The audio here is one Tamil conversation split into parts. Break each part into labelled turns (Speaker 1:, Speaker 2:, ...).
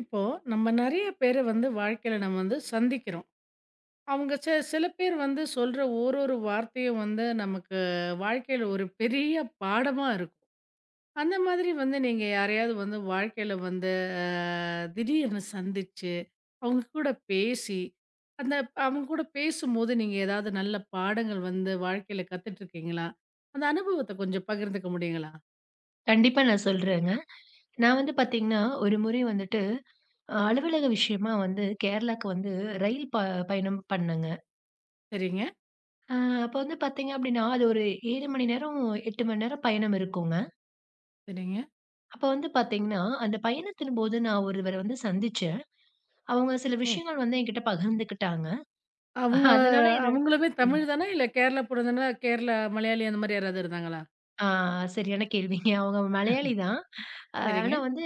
Speaker 1: இப்போ நம்ம நெறைய பேர வந்து வாழ்க்கையில நம்ம வந்து சந்திக்கிறோம். அவங்க சில பேர் வந்து சொல்ற ஓரொரு வார்த்தையும் வந்து நமக்கு வாழ்க்கையில ஒரு பெரிய பாடமா இருக்கும். அந்த மாதிரி வந்து நீங்க யாரையாவது வந்து வாழ்க்கையில வந்து அ திடீர்னு சந்திச்சு, அவங்க கூட பேசி, அந்த அவங்க கூட பேசும்போது நீங்க ஏதாவது நல்ல பாடங்கள் வந்து வாழ்க்கையில கத்துட்டுருக்கீங்களா? அந்த அனுபவத்த கொஞ்சம் பகிர்ந்துக்க முடியுங்களா?
Speaker 2: கண்டிப்பா நான் சொல்றேங்க. நான் வந்து பார்த்தீங்கன்னா, ஒரு முறை வந்துட்டு அலுவலக விஷயமா வந்து கேரளாக்கு வந்து ரயில் ப பயணம் பண்ணேங்க.
Speaker 1: சரிங்க,
Speaker 2: அ அப்போ வந்து பார்த்தீங்க அப்டின்னா, அது ஒரு 7 மணி நேரம், 8 மணி நேரம் பயணம் இருக்குங்க.
Speaker 1: சரிங்க.
Speaker 2: அப்போ வந்து பார்த்தீங்கன்னா, அந்த பயணத்தின் போது நான் ஒருவர வந்து சந்திச்சேன். அவங்க சில விஷயங்கள் வந்து என்கிட்ட பகிர்ந்துக்கிட்டாங்க.
Speaker 1: அவங்க
Speaker 2: அதனால என்ன
Speaker 1: அவங்களுமே
Speaker 2: ம்.
Speaker 1: தமிழ் தானா? இல்ல கேரளா போனதுனா, கேரளா மலையாளி அந்த மாரி யாராவது இருந்தாங்களா?
Speaker 2: ஆ சரியான கேள்விங்க. அவங்க மலையாளி தான்.
Speaker 1: சரிங்க.
Speaker 2: ஆனா வந்து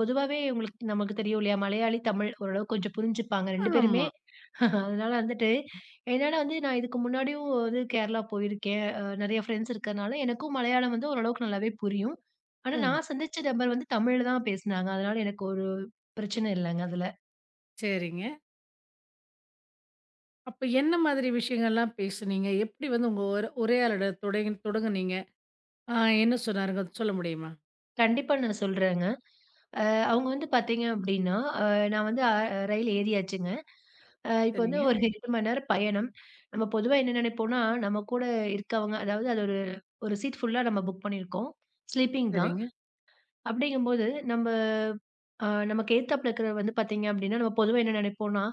Speaker 2: பொதுவாவே உங்களுக்கு நமக்கு தெரியும் இல்லையா? மலையாளி, தமிழ் ஓரளவு கொஞ்சம் புரிஞ்சுப்பாங்க 2 பேருமே.
Speaker 1: ஆமா.
Speaker 2: அதனால வந்துட்டு என்னால வந்து நான் இதுக்கு முன்னாடியும் வந்து கேரளா போயிருக்கேன். நெறைய ஃப்ரெண்ட்ஸ் இருக்கனால, எனக்கும் மலையாளம் வந்து ஓரளவுக்கு நல்லாவே புரியும். ஆனா,
Speaker 1: ஓ!
Speaker 2: நான் சந்திச்ச நபர் வந்து தமிழ்ல தான் பேசுனாங்க. அதனால எனக்கு ஒரு பிரச்சனை இல்லங்க அதுல.
Speaker 1: சரிங்க. அப்ப என்ன மாதிரி விஷயங்கள்லாம் பேசுனீங்க? எப்படி வந்து உங்க உரையாடல தொடங்குனீங்க? ஆ என்ன சொன்னாருங்க? அத சொல்ல முடியுமா?
Speaker 2: கண்டிப்பா நான் சொல்றேங்க. அவங்க வந்து பார்த்தீங்க அப்டின்னா, நான் வந்து அ அ- ரயில் ஏறியாச்சுங்க. இப்ப வந்து
Speaker 1: சரிங்க,
Speaker 2: ஒரு 8 மணி நேரம் பயணம். நம்ம பொதுவா என்ன நெனைப்போம்னா, நம்ம கூட இருக்கவங்க அதாவது அது ஒரு ஒரு சீட் ஃபுல்லா நம்ம புக் பண்ணியிருக்கோம். ஸ்லீப்பிங் தான்.
Speaker 1: சரிங்க.
Speaker 2: அப்டிங்கும்போது நம்ம நமக்கு எதுத்தாப்ல இருக்கிறவர் வந்து பார்த்தீங்க அப்டின்னா, நம்ம பொதுவா என்ன நெனைப்போம்னா,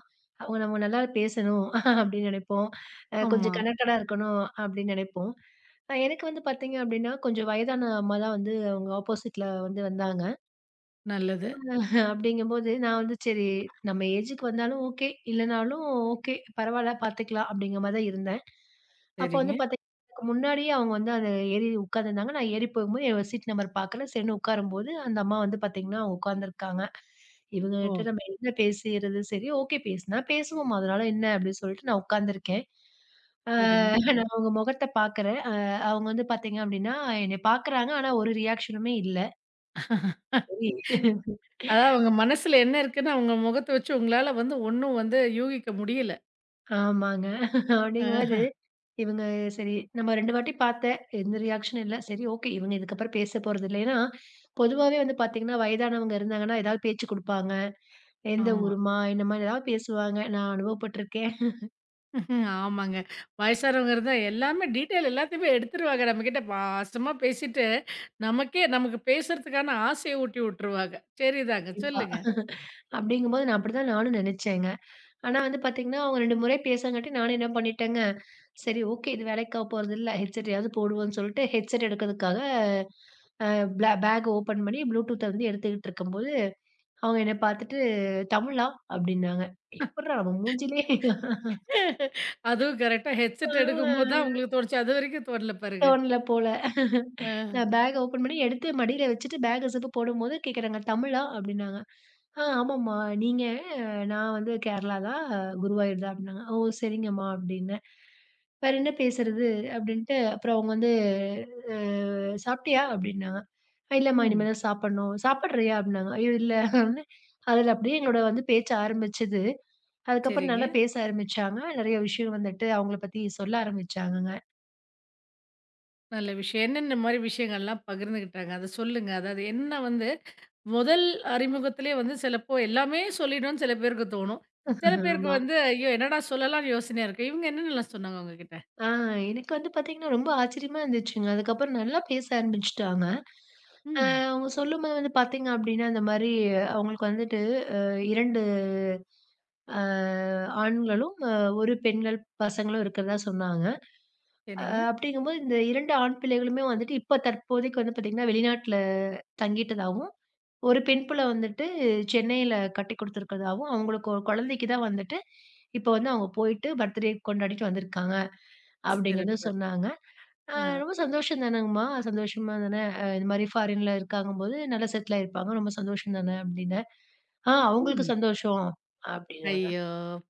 Speaker 2: அவங்க நம்ம நல்லா பேசணும் அப்டின்னு நெனைப்போம்.
Speaker 1: ஆமா.
Speaker 2: கொஞ்சம் கனெக்டடா இருக்கணும் அப்டின்னு நெனைப்போம். எனக்கு வந்து பார்த்தீங்க அப்டின்னா, கொஞ்சம் வயதான அம்மா தான் வந்து அவங்க ஆப்போசிட்ல வந்தாங்க.
Speaker 1: நல்லது.
Speaker 2: அப்படிங்கும்போது, நான் வந்து சரி நம்ம ஏஜுக்கு வந்தாலும் ஓகே, இல்லனாலும் ஓகே, பரவால்ல பாத்துக்கலாம் அப்படிங்கிற மாரி தான் இருந்தேன். அப்ப வந்து
Speaker 1: சரிங்க.
Speaker 2: பாத்தீங்கன்னா, எனக்கு முன்னாடியே அவங்க வந்து அத ஏறி உட்கார்ந்திருந்தாங்க. நான் ஏறி போகும்போது என்னோட சீட் நம்பர் பாக்கல. சரின்னு உட்காரும்போது, அந்த அம்மா வந்து பாத்தீங்கன்னா, உட்கார்ந்திருக்காங்க. இவங்ககிட்ட
Speaker 1: ஓ!
Speaker 2: நம்ம என்ன பேசிறது? சரி ஓகே பேசுனா பேசுவோம். அதனால என்ன அப்படின்னு சொல்லிட்டு நான் உட்கார்ந்திருக்கேன். ஆ
Speaker 1: சரிங்க.
Speaker 2: நான் அவங்க முகத்த பாக்குறேன். அவங்க வந்து பாத்தீங்க அப்படின்னா, என்னைய பாக்குறாங்க. ஆனா ஒரு ரியாக்ஷனுமே இல்ல. சரி,
Speaker 1: அதாவது அவங்க மனசுல என்ன இருக்குன்னு அவங்க முகத்த வச்சு உங்களால வந்து ஒண்ணும் வந்து யூகிக்க முடியல.
Speaker 2: ஆமாங்க.
Speaker 1: ஆஹ.
Speaker 2: அப்படிங்கும்போது, இவங்க சரி நம்ம 2 வாட்டி பார்த்தேன். எந்த ரியாக்ஷனும் இல்ல. சரி ஓகே. இவங்க இதுக்கப்புறம் பேச போறதில்ல. ஏன்னா, பொதுவாவே வந்து பார்த்தீங்கன்னா, வயதானவங்க இருந்தாங்கன்னா, ஏதாவது பேச்சு குடுப்பாங்க. எந்த
Speaker 1: ஆமா.
Speaker 2: ஊரும்மா? என்னம்மா? ஏதாவது பேசுவாங்க. நான் அனுபவப்பட்டுருக்கேன்.
Speaker 1: ம்ஹ்ம். ஆமாங்க. வயசானவங்க இருந்தா எல்லாமே டீட்டெயில் எல்லாத்தையுமே எடுத்துருவாங்க. நம்மகிட்ட பாசமா பேசிட்டு, நமக்கே நமக்கு பேசுறதுக்கான ஆசைய ஊட்டி விட்டுருவாங்க. சரிதாங்க.
Speaker 2: கண்டிப்பா.
Speaker 1: சொல்லுங்க.
Speaker 2: அப்படிங்கும்போது நான் அப்படிதான் நானும் நெனச்சேங்க. ஆனா வந்து பார்த்தீங்கன்னா, அவங்க 2 முறை பேசங்காட்டி நானும் என்ன பண்ணிட்டேங்க, சரி ஓகே. இது வேலைக்கு ஆக போறதில்ல. ஹெட்செட்டையாவது போடுவோம்ன்னு சொல்லிட்டு, ஹெட்செட் எடுக்கிறதுக்காக, அ ப்ள பேக் ஓப்பன் பண்ணி ப்ளூடூத்த வந்து எடுத்துக்கிட்டு இருக்கும்போது அவங்க என்ன பார்த்துட்டு, "தமிழா?" அப்படின்னாங்க. எப்புட்றா நம்ம மூஞ்சிலயே
Speaker 1: அதுவும் கரெக்ட்டா ஹெட்செட் எடுக்கும்போது
Speaker 2: ஆ
Speaker 1: தான் உங்களுக்கு தோணுச்சு. அதுவரைக்கும் தோணல பாருங்க.
Speaker 2: தோணல போல.
Speaker 1: அ.
Speaker 2: நான் பேக் ஓப்பன் பண்ணி எடுத்து மடியில வச்சுட்டு பேக்க ஜிப்பு போடும்போது கேட்குறாங்க, "தமிழா?" அப்படின்னாங்க. ஆமாம்மா. நீங்க?" "நான் வந்து கேரளா தான், குருவாயூர் தான்" அப்படின்னாங்க. "ஓ! சரிங்கம்மா" அப்படின்னேன். வேற என்ன பேசுறது? அப்படின்ட்டு அப்புறம் அவங்க வந்து அ "சாப்பிட்டியா?" அப்படின்னாங்க. "இல்லம்மா,
Speaker 1: ம்.
Speaker 2: இனிமே தான் சாப்பிடணும்." "சாப்பிடுறியா?" அப்படின்னாங்க. "ஐயோ! இல்ல" அப்படின்னேன். அதில அப்படியே எங்களோட வந்து பேச்சு ஆரம்பிச்சது. அதுக்கப்புறம்
Speaker 1: சரிங்க.
Speaker 2: நல்லா பேச ஆரம்பிச்சாங்க. நெறைய விஷயம் வந்துட்டு அவங்கள பத்தி சொல்ல ஆரம்பிச்சாங்கங்க.
Speaker 1: நல்ல விஷயம். என்னென்ன மாரி விஷயங்கள்லாம் பகிர்ந்துக்கிட்டாங்க? அத சொல்லுங்க. அதாவது என்ன வந்து முதல் அறிமுகத்திலேயே வந்து சிலப்போ எல்லாமே சொல்லிடணும்னு சில பேருக்கு தோணும். சில பேருக்கு
Speaker 2: ஆமா.
Speaker 1: வந்து, ஐயோ! என்னடா சொல்லலாம்ன்னு யோசனையா இருக்கும். இவங்க என்னென்னலாம் சொன்னாங்க உங்ககிட்ட?
Speaker 2: ஆ எனக்கு வந்து பார்த்தீங்கன்னா, ரொம்ப ஆச்சரியமா இருந்துச்சுங்க. அதுக்கப்புறம் நல்லா பேச ஆரம்பிச்சுட்டாங்க. அ
Speaker 1: ம்.
Speaker 2: அவங்க சொல்லும்போது வந்து பார்த்தீங்க அப்டின்னா, இந்த மாரி அவங்களுக்கு வந்துட்டு 2 அ ஆண்களும், 1 பெண்கள் பசங்களும் இருக்கிறதா சொன்னாங்க. அ
Speaker 1: சரிங்க.
Speaker 2: அப்டிங்கும்போது இந்த 2 ஆண் பிள்ளைகளுமே வந்துட்டு இப்ப தற்போதைக்கு வந்து பார்த்தீங்கன்னா, வெளிநாட்ல தங்கிட்டதாவும் ஒரு பெண் புள்ள வந்துட்டு சென்னையில கட்டிக் குடுத்துருக்கதாவும், அவங்களுக்கு ஒரு குழந்தைக்கு தான் வந்துட்டு, இப்ப வந்து அவங்க போயிட்டு பர்த்டே கொண்டாடிட்டு வந்திருக்காங்க. அப்படிங்கிறத
Speaker 1: சிறப்பு.
Speaker 2: சொன்னாங்க. அ
Speaker 1: ஆ.
Speaker 2: ரொம்ப சந்தோஷம் தானங்கம்மா, சந்தோஷமா தானே இந்த மாரி ஃபாரின்ல இருக்காங்கும்போது நல்லா செட்டில் ஆயிருப்பாங்க. ரொம்ப சந்தோஷம் தானே அப்படின்னேன். அவங்களுக்கு
Speaker 1: ம்.
Speaker 2: சந்தோஷம் அப்படின்னாங்க.
Speaker 1: ஐயோ!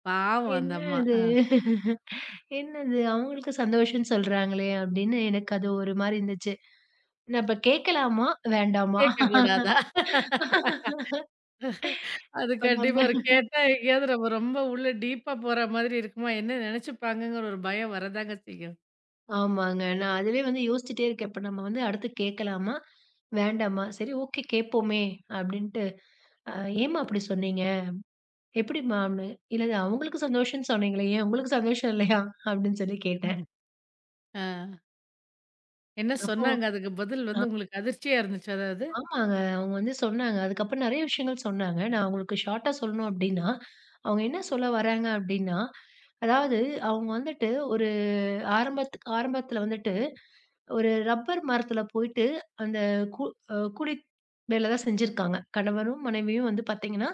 Speaker 1: பாவம் அந்த
Speaker 2: என்ன
Speaker 1: அம்மா.
Speaker 2: இது?
Speaker 1: ஆ.
Speaker 2: என்னது அவங்களுக்கு சந்தோஷம்ன்னு சொல்றாங்களே அப்படின்னு எனக்கு அது ஒரு மாரி இருந்துச்சு. நான் இப்ப கேட்கலாமா? வேண்டாமா?
Speaker 1: கேட்கக்கூடாதா? அது
Speaker 2: இப்ப நம்ம
Speaker 1: கண்டிப்பா ஒரு கேட்டா எங்கேயாவது நம்ம ரொம்ப உள்ள டீப்பா போற மாதிரி இருக்குமா? என்ன நெனச்சுப்பாங்கங்கிற ஒரு பயம் வரதாங்க செய்யும்.
Speaker 2: ஆமாங்க. நான் அதுவே வந்து யோசிச்சுட்டே இருக்கேன். இப்ப நம்ம வந்து அடுத்து கேட்கலாமா? வேண்டாமா? சரி ஓகே கேட்போமே! அப்டின்ட்டு, அ ஏம்மா அப்டி சொன்னீங்க? எப்டிம்மா? அப்டின்னு. இல்ல இல்ல அவங்களுக்கு சந்தோஷம்னு சொன்னீங்களே, ஏன் உங்களுக்கு சந்தோஷம் இல்லையா? அப்டின்னு சொல்லி கேட்டேன்.
Speaker 1: ஆ. என்ன
Speaker 2: அப்போ
Speaker 1: சொன்னாங்க? அதுக்கு பதில்
Speaker 2: அ
Speaker 1: வந்து உங்களுக்கு அதிர்ச்சியா இருந்துச்சா அதாவது?
Speaker 2: ஆமாங்க. அவங்க வந்து சொன்னாங்க. அதுக்கப்புறம் நெறைய விஷயங்கள் சொன்னாங்க. நான் உங்களுக்கு ஷார்ட்டா சொல்லணும் அப்டின்னா, அவங்க என்ன சொல்ல வராங்க அப்டின்னா, அதாவது அவங்க வந்துட்டு ஒரு ஆரம்பத்துல வந்துட்டு ஒரு ரப்பர் மரத்துல போயிட்டு அந்த கூ அ கூலி வேல தான் செஞ்சிருக்காங்க. கணவனும், மனைவியும் வந்து பார்த்தீங்கன்னா,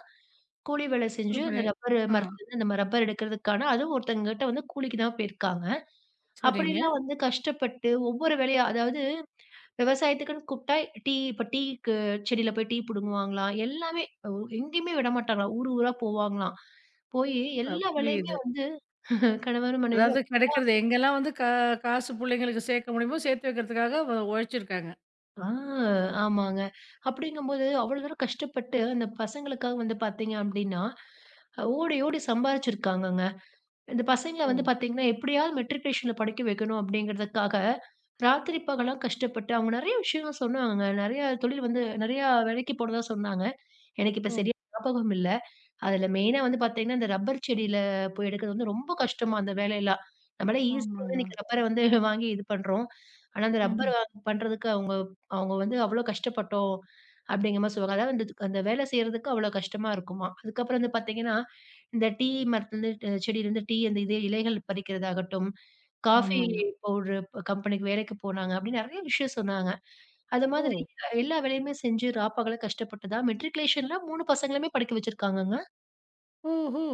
Speaker 2: கூலி வேலை செஞ்சு அந்த ரப்பர்
Speaker 1: ஆ.
Speaker 2: மரத்துலருந்து நம்ம ரப்பர் எடுக்கிறதுக்கான அதுவும் ஒருத்தங்ககிட்ட வந்து கூலிக்கு தான் போயிருக்காங்க.
Speaker 1: சரிங்க.
Speaker 2: அப்படிலாம் வந்து கஷ்டப்பட்டு ஒவ்வொரு வேலையா அதாவது விவசாயத்துக்குன்னு கூப்பிட்டா டீ இப்ப டீக்கு செடியில போய் டீ புடுங்குவாங்களாம். எல்லாமே ஒ எங்கேயுமே விடமாட்டாங்களாம். ஊர் ஊரா போவாங்களாம். போயி எல்லா வேலையுமே
Speaker 1: புரியுது.
Speaker 2: வந்து கணவரும்,
Speaker 1: அதாவது
Speaker 2: மனைவியும்
Speaker 1: கிடைக்கிறது எங்கெல்லாம் வந்து காசு புள்ளைங்களுக்கு சேர்க்க முடியுமோ சேர்த்து வைக்கிறதுக்காக உழைச்சிருக்காங்க.
Speaker 2: ஆ ஆமாங்க. அப்படிங்கும்போது, அவ்வளோ தூரம் கஷ்டப்பட்டு அந்த பசங்களுக்காக வந்து பார்த்தீங்க அப்படின்னா, ஓடி ஓடி சம்பாரிச்சிருக்காங்கங்க. இந்த பசங்கள
Speaker 1: ஓ!
Speaker 2: வந்து பார்த்தீங்கன்னா, எப்படியாவது மெட்ரிகுலேஷன்ல படிக்க வைக்கணும் அப்படிங்கிறதுக்காக, ராத்திரி பகலா கஷ்டப்பட்டு அவங்க நெறைய விஷயங்கள் சொன்னாங்கங்க. நெறைய தொழில் வந்து நெறையா வேலைக்கு போனதா சொன்னாங்க. எனக்கு இப்ப
Speaker 1: ஓ!
Speaker 2: சரியா ஞாபகம் இல்ல. அதுல மெயினா வந்து பாத்தீங்கன்னா, இந்த ரப்பர் செடியில போய் எடுக்கிறது வந்து ரொம்ப கஷ்டமா அந்த வேலையெல்லாம். நம்மளே ஈஸியா வந்து
Speaker 1: ஆமாங்க.
Speaker 2: இன்னைக்கு ரப்பர வந்து வாங்கி இது பண்றோம். ஆனா அந்த ரப்பர்
Speaker 1: ம்.
Speaker 2: பண்றதுக்கு அவங்க அவங்க வந்து அவ்ளோ கஷ்டப்பட்டோம். அப்படிங்கிற மாரி சொல்லுவாங்க. அதாவது அந்த அந்த வேலை செய்றதுக்கு அவ்ளோ கஷ்டமா இருக்குமாம். அதுக்கப்புறம் வந்து பாத்தீங்கன்னா, இந்த டீ மரத்துலருந்து அ செடியிலருந்து டீ அந்த இது இலைகள் பறிக்கிறதாகட்டும், காஃபி
Speaker 1: ஆமாங்க.
Speaker 2: பவுடர் கம்பெனிக்கு வேலைக்கு போனாங்க அப்படின்னு நெறைய விஷயம் சொன்னாங்க. அது
Speaker 1: ஓ!
Speaker 2: மாதிரி எல்லா வேலையுமே செஞ்சு ராப்பகல கஷ்டப்பட்டு தான் மெட்ரிகுலேஷன்ல 3 பசங்களுமே படிக்க வச்சிருக்காங்கங்க.
Speaker 1: ஓஹோ!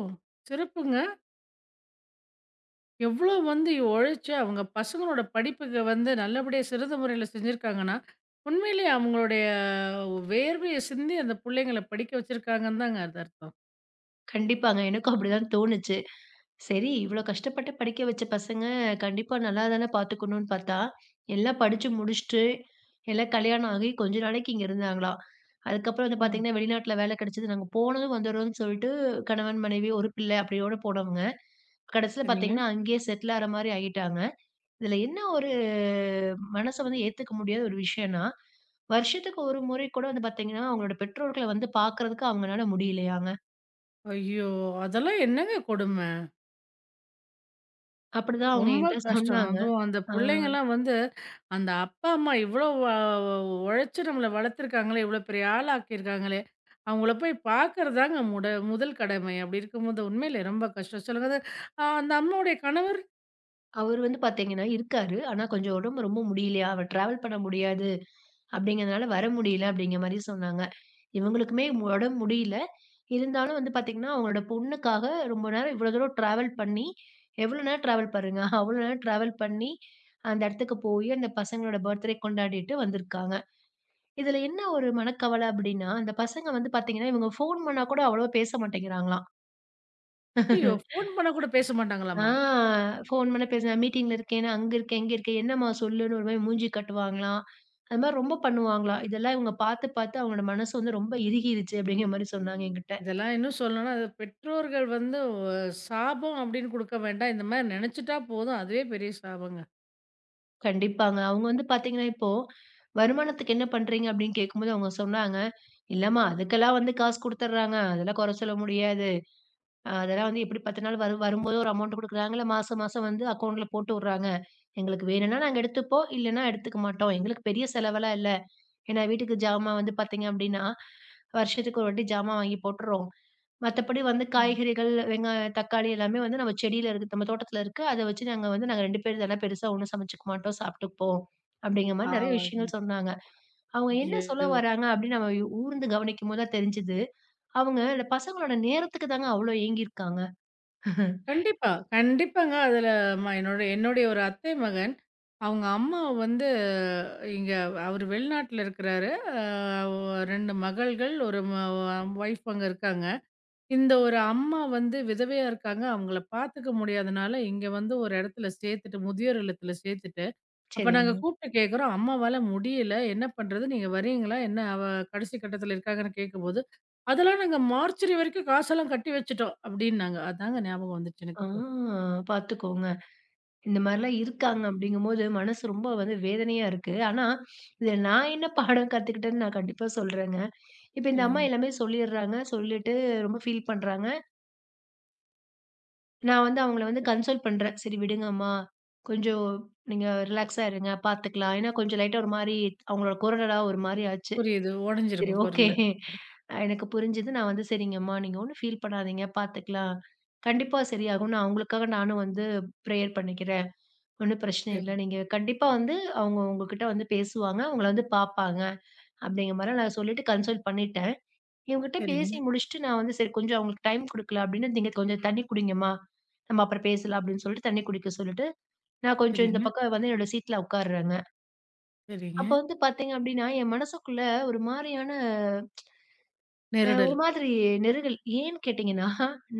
Speaker 1: சிறப்புங்க. எவ்ளோ வந்து உழைச்சு அவங்க பசங்களோட படிப்புக்கு வந்து நல்லபடியா சிறந்த முறையில செஞ்சிருக்காங்கன்னா, உண்மையிலேயே அவங்களுடைய வேர்வைய சிந்தி அந்த புள்ளைங்கள படிக்க வச்சிருக்காங்கன்னு தாங்க அது அர்த்தம்.
Speaker 2: கண்டிப்பாங்க. எனக்கும் அப்படிதான் தோணுச்சு. சரி இவ்வளோ கஷ்டப்பட்டு படிக்க வச்ச பசங்க, கண்டிப்பா நல்லா தானே பார்த்துக்கணும்னு பார்த்தா, எல்லாம் படிச்சு முடிச்சுட்டு, எல்லாம் கல்யாணம் ஆகி கொஞ்ச நாளைக்கு இங்க இருந்தாங்களாம். அதுக்கப்புறம் வந்து
Speaker 1: ம்.
Speaker 2: பார்த்தீங்கன்னா, வெளிநாட்ல வேலை கிடைச்சது. நாங்க போனதும் வந்துடுறோம்னு சொல்லிட்டு, கணவன், மனைவி, ஒரு பிள்ளை அப்படியோட போனவங்க. கடைசியில
Speaker 1: சரிங்க.
Speaker 2: பார்த்தீங்கன்னா, அங்கேயே செட்டில் ஆற மாரி ஆயிட்டாங்க. இதில என்ன ஒரு மனச வந்து ஏத்துக்க முடியாத ஒரு விஷயம்னா, வருஷத்துக்கு ஒரு முறை கூட வந்து பார்த்தீங்கன்னா, அவங்களோட பெற்றோர்கள வந்து பார்க்கறதுக்கு அவங்கனால முடியலையா
Speaker 1: ஐயோ! அதெல்லாம் என்னங்க கொடும?
Speaker 2: அப்படிதான் அவங்க
Speaker 1: ரொம்ப
Speaker 2: என்கிட்ட
Speaker 1: கஷ்டம்.
Speaker 2: சொன்னாங்க.
Speaker 1: அதுவும் அந்த
Speaker 2: ஆ
Speaker 1: பிள்ளைங்கலாம் வந்து, அந்த அப்பா, அம்மா இவ்ளோ உழைச்சு நம்மள வளர்த்துருக்காங்களே! இவ்ளோ பெரிய ஆளாக்கியிருக்காங்களே! அவங்கள போய் பார்க்கறது தாங்க முதல் கடமை. அப்படி இருக்கும்போது உண்மையிலே ரொம்ப கஷ்டம். சொல்லுங்க அது அந்த அம்மாவுடைய கணவர்
Speaker 2: அவரு வந்து பார்த்தீங்கன்னா இருக்காரு. ஆனா கொஞ்சம் உடம்பு ரொம்ப முடியலையா, அவர் டிராவல் பண்ண முடியாது அப்படிங்கிறதுனால வர முடியல அப்படிங்கிற மாரி சொன்னாங்க. இவங்களுக்குமே உடம்பு முடியல. இருந்தாலும் வந்து பார்த்தீங்கன்னா, அவங்களோட பொண்ணுக்காக ரொம்ப நேரம் இவ்வளோ தூரம் டிராவல் பண்ணி, எவ்வளோ நேரம் டிராவல் பாருங்க. அவ்வளோ நேரம் டிராவல் பண்ணி அந்த இடத்துக்கு போய் அந்த பசங்களோட பர்த்டே கொண்டாடிட்டு வந்திருக்காங்க. இதுல என்ன ஒரு மனக்கவலை அப்படின்னா, அந்த பசங்க வந்து பார்த்தீங்கன்னா, இவங்க ஃபோன் பண்ணா கூட அவ்வளவா பேச மாட்டேங்கிறாங்களாம்.
Speaker 1: ஐயோ! ஃபோன் பண்ண கூட பேச
Speaker 2: ஆ
Speaker 1: மாட்டாங்களாமா?
Speaker 2: ஃபோன் பண்ண பேச நான் மீட்டிங்ல இருக்கேன், நான் அங்க இருக்கேன், இங்க இருக்கேன், என்னம்மா சொல்லுன்னு ஒரு மாரி மூஞ்சி காட்டுவாங்களாம். அது மாரி ரொம்ப பண்ணுவாங்களாம். இதெல்லாம் இவங்க பார்த்து, பார்த்து அவங்களோட மனசு வந்து ரொம்ப இறுகிருச்சு அப்படிங்கிற மாரி சொன்னாங்க என்கிட்ட.
Speaker 1: இதெல்லாம் இன்னும் சொல்லணும்னா, அது பெற்றோர்கள் வந்து சாபம் அப்படின்னு குடுக்க வேண்டாம். இந்த மாரி நெனச்சுட்டா போதும். அதுவே பெரிய சாபங்க.
Speaker 2: கண்டிப்பாங்க. அவங்க வந்து பார்த்தீங்கன்னா, இப்போ வருமானத்துக்கு என்ன பண்றீங்க அப்படின்னு கேட்கும்போது அவங்க சொன்னாங்க, "இல்லம்மா அதுக்கெல்லாம் வந்து காசு குடுத்துடுறாங்க. அதெல்லாம் கொற சொல்ல முடியாது. அதெல்லாம் வந்து எப்படி 10 நாள் வரும்போது ஒரு அமௌண்ட் குடுக்குறாங்கல்ல, மாசம் மாசம் வந்து அக்கவுண்ட்ல போட்டு விடுறாங்க. எங்களுக்கு வேணும்னா நாங்க எடுத்துப்போம், இல்லன்னா எடுத்துக்க மாட்டோம். எங்களுக்கு பெரிய செலவெல்லாம் இல்ல." ஏன்னா, வீட்டுக்கு ஜாமான் வந்து பார்த்தீங்க அப்டின்னா, வருஷத்துக்கு ஒரு வாட்டி ஜாமான் வாங்கி போட்டுருறோம். மத்தபடி வந்து
Speaker 1: ஆமா.
Speaker 2: காய்கறிகள், வெங்காயம், தக்காளி எல்லாமே வந்து நம்ம செடியில இருக்கு நம்ம தோட்டத்துல இருக்கு. அத வச்சு நாங்க வந்து 2 பேர் இதெல்லாம் பெருசா ஒண்ணும் சமைச்சுக்க மாட்டோம், சாப்ட்டுப்போம். அப்டிங்கிற மாரி நெறைய
Speaker 1: ஆமாங்க.
Speaker 2: விஷயங்கள் சொன்னாங்க. அவங்க என்ன சொல்ல
Speaker 1: ஐயோ!
Speaker 2: வராங்க அப்டின்னு நம்ம ஊர்ந்து கவனிக்கும்போது தான் தெரிஞ்சது. அவங்க இந்த பசங்களோட நேரத்துக்கு தாங்க அவ்ளோ ஏங்கியிருக்காங்க.
Speaker 1: கண்டிப்பா. கண்டிப்பாங்க. அதுல என்னுடைய ஒரு அத்தை மகன், அவங்க அம்மா வந்து இங்க அவரு வெளிநாட்டுல இருக்கிறாரு. அ 2 மகள்கள், 1 ஒய்ஃப் அங்க இருக்காங்க. இந்த ஒரு அம்மா வந்து விதவையா இருக்காங்க. அவங்கள பாத்துக்க முடியாதனால, இங்க வந்து ஒரு இடத்துல சேர்த்துட்டு முதியோர் இல்லத்துல சேர்த்துட்டு, அப்ப நாங்க
Speaker 2: சரிங்க.
Speaker 1: கூப்ட்டு கேட்குறோம், "அம்மாவால முடியல. என்ன பண்றது? நீங்க வரீங்களா? என்ன?" கடைசி கட்டத்துல இருக்காங்கன்னு கேட்கும்போது, "அதெல்லாம் நாங்க மார்ச்சரி வரைக்கும் காசெல்லாம் கட்டி வச்சுட்டோம்" அப்டின்னாங்க. அதாங்க ஞாபகம் வந்துச்சு
Speaker 2: ஆ,
Speaker 1: எனக்கு இப்போ.
Speaker 2: பார்த்துக்கோங்க. இந்த மாரிலாம் இருக்காங்க அப்படிங்கும்போது, மனசு ரொம்ப வந்து வேதனையா இருக்கு. ஆனா, இதில நான் என்ன பாடம் கத்துக்கிட்டேன்னு நான் கண்டிப்பா சொல்றேங்க. இப்ப இந்த அம்மா
Speaker 1: சொல்லுங்க.
Speaker 2: எல்லாமே சொல்லிடுறாங்க. சொல்லிட்டு ரொம்ப ஃபீல் பண்றாங்க. நான் வந்து அவங்கள வந்து கன்சோல் பண்றேன். "சரி விடுங்க அம்மா. கொஞ்சம் நீங்க ரிலாக்ஸா இருங்க. பார்த்துக்கலாம்." ஏன்னா கொஞ்சம் லைட்டா ஒரு மாரி அவங்களோட குரலெல்லாம் ஒரு மாரி ஆச்சு.
Speaker 1: புரியுது.
Speaker 2: சரி
Speaker 1: உடைஞ்சிருக்கும்
Speaker 2: ஓகே.
Speaker 1: குரலு.
Speaker 2: எனக்கு புரிஞ்சது. நான் வந்து "சரிங்கம்மா, நீங்க ஒண்ணும் ஃபீல் பண்ணாதீங்க. பார்த்துக்கலாம். கண்டிப்பா சரியாகும்னு" அவங்களுக்காக நானும் வந்து ப்ரேயர் பண்ணிக்கிறேன். ஒண்ணும் பிரச்சனை இல்ல.
Speaker 1: சரி.
Speaker 2: நீங்க கண்டிப்பா வந்து அவங்க உங்ககிட்ட வந்து பேசுவாங்க. உங்கள வந்து பார்ப்பாங்க. அப்படிங்கிற மாரி நான் சொல்லிட்டு கன்சல்ட் பண்ணிட்டேன். இவங்ககிட்ட
Speaker 1: சரிங்க,
Speaker 2: பேசி முடிச்சுட்டு நான் வந்து சரி கொஞ்சம் அவங்களுக்கு டைம் குடுக்கல அப்படின்னு, "நீங்க கொஞ்சம் தண்ணி குடிங்கம்மா. நம்ம அப்புறம் பேசலாம்" அப்படின்னு சொல்லிட்டு தண்ணி குடிக்க சொல்லிட்டு, நான் கொஞ்சம் இந்த
Speaker 1: சரிங்க,
Speaker 2: பக்கம் வந்து என்னோட சீட்ல உட்காருறேங்க.
Speaker 1: சரிங்க.
Speaker 2: அப்ப வந்து பார்த்தீங்க அப்படின்னா, என் மனசுக்குள்ள ஒரு மாரியான அ
Speaker 1: நெருடல்.
Speaker 2: ஒரு மாதிரி நெருடல். ஏன்னு கேட்டீங்கன்னா,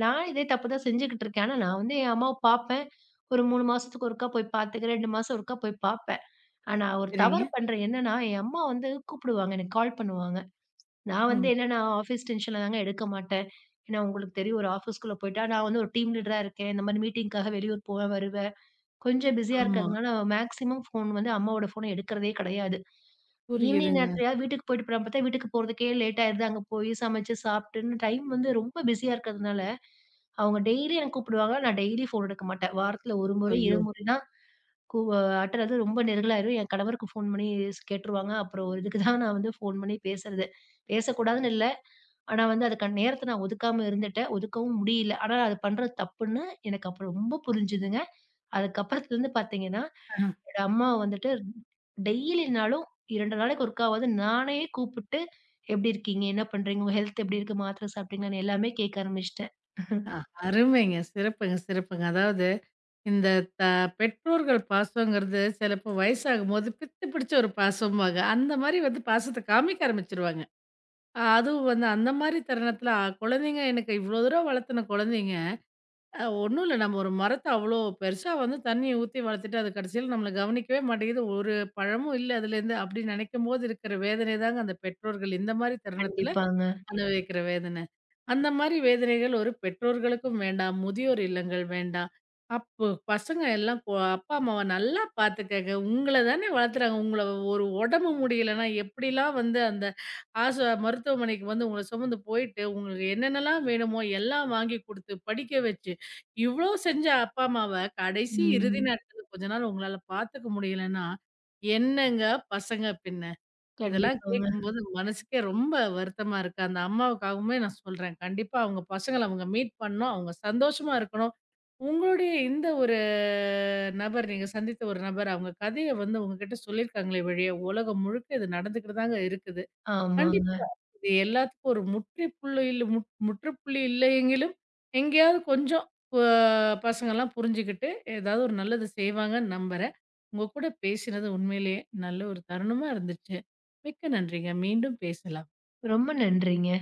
Speaker 2: நான் இதே தப்பு தான் செஞ்சுகிட்டு இருக்கேன். ஆனா நான் வந்து என் அம்மாவ பார்ப்பேன். ஒரு 3 மாசத்துக்கு ஒருக்கா போய் பார்த்துக்கிறேன். 2 மாசம் ஒருக்கா போய் பார்ப்பேன். ஆனா, ஒரு தவறு
Speaker 1: சரிங்க.
Speaker 2: பண்றேன் என்னன்னா, என் அம்மா வந்து கூப்பிடுவாங்க. எனக்கு கால் பண்ணுவாங்க. நான் வந்து
Speaker 1: ம்.
Speaker 2: என்னன்னா, ஆஃபீஸ் டென்ஷன்ல தாங்க எடுக்க மாட்டேன். ஏன்னா, உங்களுக்கு தெரியும் ஒரு ஆஃபீஸ்க்குள்ள போயிட்டா, நான் வந்து ஒரு டீம் லீடரா இருக்கேன். இந்த மாரி மீட்டிங்க்காக வெளியூர் போவேன், வருவேன். கொஞ்சம் பிஸியா
Speaker 1: ஆமா.
Speaker 2: இருக்கிறதுனால, மேக்ஸிமம் ஃபோன் வந்து அம்மாவோட ஃபோன எடுக்கிறதே கிடையாது. ஈவினிங்
Speaker 1: புரியுதுங்க.
Speaker 2: நேரத்துலயாவது வீட்டுக்கு போயிட்டு போலாம்ன்னு பார்த்தா, வீட்டுக்கு போறதுக்கே லேட் ஆயிடுது. அங்க போய் சமைச்சு சாப்பிட்டுன்னு டைம் வந்து ரொம்ப பிஸியா இருக்கிறதுனால, அவங்க டெய்லி எனக்கு கூப்பிடுவாங்க. நான் டெய்லி ஃபோன் எடுக்க மாட்டேன். வாரத்துல 1 முறை,
Speaker 1: ஐயோ!
Speaker 2: 2 முறை தான் கூ ஆட்டுறது ரொம்ப நெருங்கலாயிரும். என் கணவருக்கு ஃபோன் பண்ணி கேட்டுருவாங்க. அப்புறம் ஒரு இதுக்கு தான் நான் வந்து ஃபோன் பண்ணி பேசுறது. பேசக்கூடாதுன்னு இல்ல. ஆனா வந்து அதுக்கான நேரத்த நான் ஒதுக்காம இருந்துட்டேன். ஒதுக்கவும் முடியல. ஆனா அது பண்றது தப்புன்னு எனக்கு அப்ப ரொம்ப புரிஞ்சுதுங்க. அதுக்கப்புறத்துலருந்து பார்த்தீங்கன்னா,
Speaker 1: அஹ.
Speaker 2: என்னோட அம்மா வந்துட்டு டெய்லினாலும் 2 நாளைக்கு ஒருக்காவாவது நானே கூப்பிட்டு, "எப்படி இருக்கீங்க? என்ன பண்றீங்க? உங்க ஹெல்த் எப்படி இருக்கு? மாத்திரை சாப்பிட்டீங்களான்னு?" எல்லாமே கேட்க ஆரம்பிச்சுட்டேன்.
Speaker 1: அ அருமைங்க. சிறப்புங்க, சிறப்புங்க. அதாவது இந்த த பெற்றோர்கள் பாசங்கிறது சிலப்போ வயசாகும்போது பித்து பிடிச்ச ஒரு பாசம்பாங்க. அந்த மாரி வந்து பாசத்த காமிக்க ஆரம்பிச்சுருவாங்க. அதுவும் வந்து அந்த மாரி தருணத்தில குழந்தைங்க எனக்கு இவ்வளோ தூரம் வளர்த்துன குழந்தைங்க ஒண்ணும் இல்ல. நம்ம ஒரு மரத்த அவ்ளோ பெருசா வந்து தண்ணீ ஊத்தி வளர்த்துட்டு, அது கடைசியில நம்மள கவனிக்கவே மாட்டேங்குது. ஒரு பழமும் இல்ல அதுலேருந்து. அப்டி நெனைக்கும்போது இருக்கிற வேதனை தாங்க அந்த பெற்றோர்கள் இந்த மாரி தருணத்தில
Speaker 2: கண்டிப்பாங்க.
Speaker 1: அனுபவிக்கிற வேதனை. அந்த மாரி வேதனைகள் ஒரு பெற்றோர்களுக்கும் வேண்டாம். முதியோர் இல்லங்கள் வேண்டாம். அப்போ பசங்க எல்லாம் அப்பா அம்மாவ நல்லா பார்த்துக்கங்க. உங்கள தானே வளர்த்துறாங்க. உங்கள ஒரு உடம்பு முடியலன்னா, எப்படிலாம் வந்து அந்த ஆச மருத்துவமனைக்கு வந்து உங்கள சுமந்து போயிட்டு, உங்களுக்கு என்னென்னலாம் வேணுமோ எல்லாம் வாங்கி குடுத்து, படிக்க வச்சு, இவ்ளோ செஞ்ச அப்பா அம்மாவ கடைசி இறுதி
Speaker 2: ம்.
Speaker 1: நேரத்தில கொஞ்ச நாள் உங்களால பார்த்துக்க முடியலன்னா, என்னங்க பசங்க பின்ன? இதெல்லாம்
Speaker 2: கண்டிப்பாங்க.
Speaker 1: கேட்கும்போது மனசுக்கே ரொம்ப வருத்தமா இருக்கு. அந்த அம்மாவுக்காகவுமே நான் சொல்றேன். கண்டிப்பா அவங்க பசங்கள அவங்க மீட் பண்ணணும். அவங்க சந்தோஷமா இருக்கணும். உங்களுடைய இந்த ஒரு நபர் நீங்க சந்தித்த ஒரு நபர் அவங்க கதைய வந்து உங்ககிட்ட சொல்லியிருக்காங்களே வழிய, உலகம் முழுக்க இது நடந்துக்கிட்டு தாங்க இருக்குது.
Speaker 2: ஆமாங்க.
Speaker 1: கண்டிப்பா. இது எல்லாத்துக்கும் ஒரு முற்றுப்புள்ளி இல்ல முற்றுப்புள்ளி இல்லையெங்கிலும், எங்கேயாவது கொஞ்சம் ப பசங்கலாம் புரிஞ்சுகிட்டு, ஏதாவது ஒரு நல்லது செய்வாங்கன்னு நம்புறேன். உங்க கூட பேசினது உண்மையிலேயே நல்ல ஒரு தருணமா இருந்துச்சு. மிக்க நன்றிங்க. மீண்டும் பேசலாம்.
Speaker 2: ரொம்ப நன்றிங்க.